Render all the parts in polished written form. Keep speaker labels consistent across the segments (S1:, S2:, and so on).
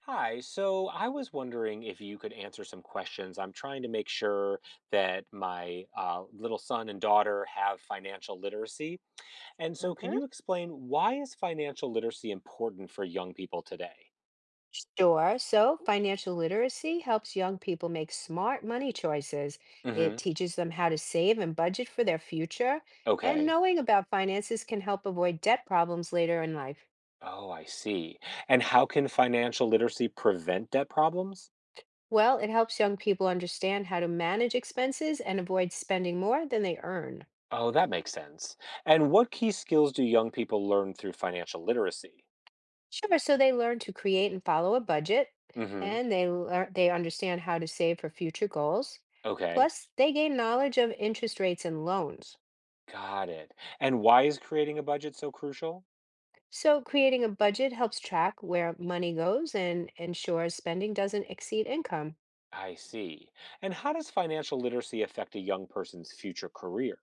S1: Hi, so I was wondering if you could answer some questions. I'm trying to make sure that my little son and daughter have financial literacy. And so, can
S2: Mhm.
S1: you explain why is financial literacy important for young people today?
S2: Sure. So financial literacy helps young people make smart money choices. It
S1: Hmm.
S2: teaches them how to save and budget for their future. And
S1: Okay.
S2: knowing about finances can help avoid debt problems later in life.
S1: Oh, I see. And how can financial literacy prevent debt problems?
S2: Well, it helps young people understand how to manage expenses and avoid spending more than they earn.
S1: Oh, that makes sense. And what key skills do young people learn through financial literacy?
S2: Sure. So they learn to create and follow a budget,
S1: Hmm.
S2: and they understand how to save for future goals.
S1: Okay.
S2: Plus, they gain knowledge of interest rates and loans.
S1: Got it. And why is creating a budget so crucial?
S2: So creating a budget helps track where money goes and ensures spending doesn't exceed income.
S1: I see. And how does financial literacy affect a young person's future career?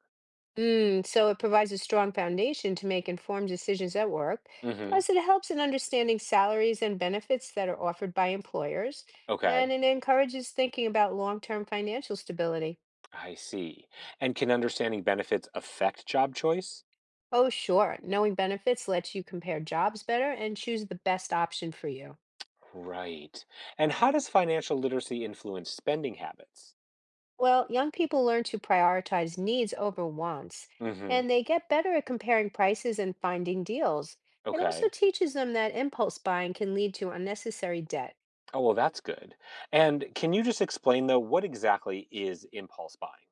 S2: So it provides a strong foundation to make informed decisions at work.
S1: Hmm.
S2: Plus, it helps in understanding salaries and benefits that are offered by employers, and
S1: Okay.
S2: it encourages thinking about long-term financial stability.
S1: I see. And can understanding benefits affect job choice?
S2: Oh, sure, knowing benefits lets you compare jobs better and choose the best option for you.
S1: Right. And how does financial literacy influence spending habits?
S2: Well, young people learn to prioritize needs over wants,
S1: Hmm.
S2: and they get better at comparing prices and finding deals. It also
S1: Okay.
S2: teaches them that impulse buying can lead to unnecessary debt.
S1: Oh, well, that's good. And can you just explain, though, what exactly is impulse buying?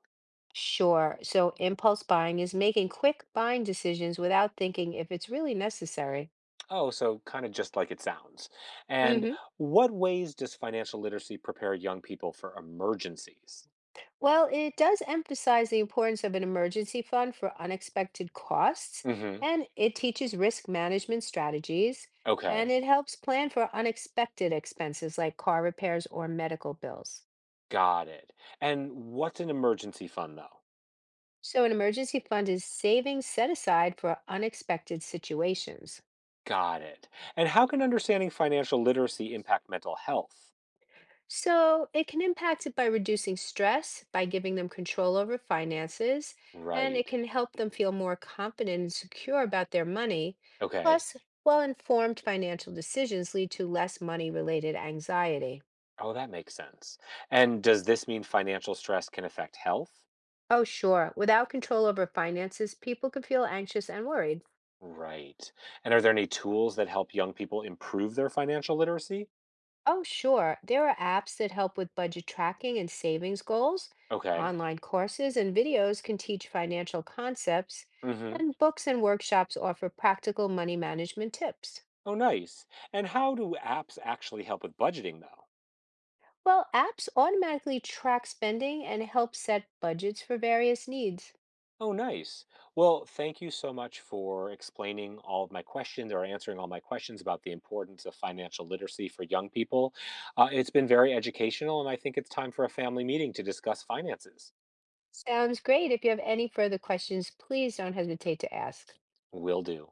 S2: Sure, so impulse buying is making quick buying decisions without thinking if it's really necessary.
S1: Oh, so kind of just like it sounds. And
S2: Mm.
S1: what ways does financial literacy prepare young people for emergencies?
S2: Well, it does emphasize the importance of an emergency fund for unexpected costs,
S1: Hmm.
S2: and it teaches risk management strategies, and
S1: Okay.
S2: it helps plan for unexpected expenses like car repairs or medical bills.
S1: Got it. And what's an emergency fund, though?
S2: So, an emergency fund is savings set aside for unexpected situations.
S1: Got it. And how can understanding financial literacy impact mental health?
S2: So it can impact it by reducing stress, by giving them control over finances, and it
S1: Right.
S2: can help them feel more confident and secure about their money.
S1: Okay.
S2: Plus, well-informed financial decisions lead to less money-related anxiety.
S1: Oh, that makes sense. And does this mean financial stress can affect health?
S2: Oh, sure. Without control over finances, people can feel anxious and worried.
S1: Right. And are there any tools that help young people improve their financial literacy?
S2: Oh, sure. There are apps that help with budget tracking and savings goals.
S1: Okay.
S2: Online courses and videos can teach financial concepts,
S1: Mm hmm.
S2: and books and workshops offer practical money management tips.
S1: Oh, nice. And how do apps actually help with budgeting, though?
S2: Well, apps automatically track spending and help set budgets for various needs.
S1: Oh, nice. Well, thank you so much for explaining all of my questions or answering all my questions about the importance of financial literacy for young people. It's been very educational, and I think it's time for a family meeting to discuss finances.
S2: Sounds great. If you have any further questions, please don't hesitate to ask.
S1: Will do.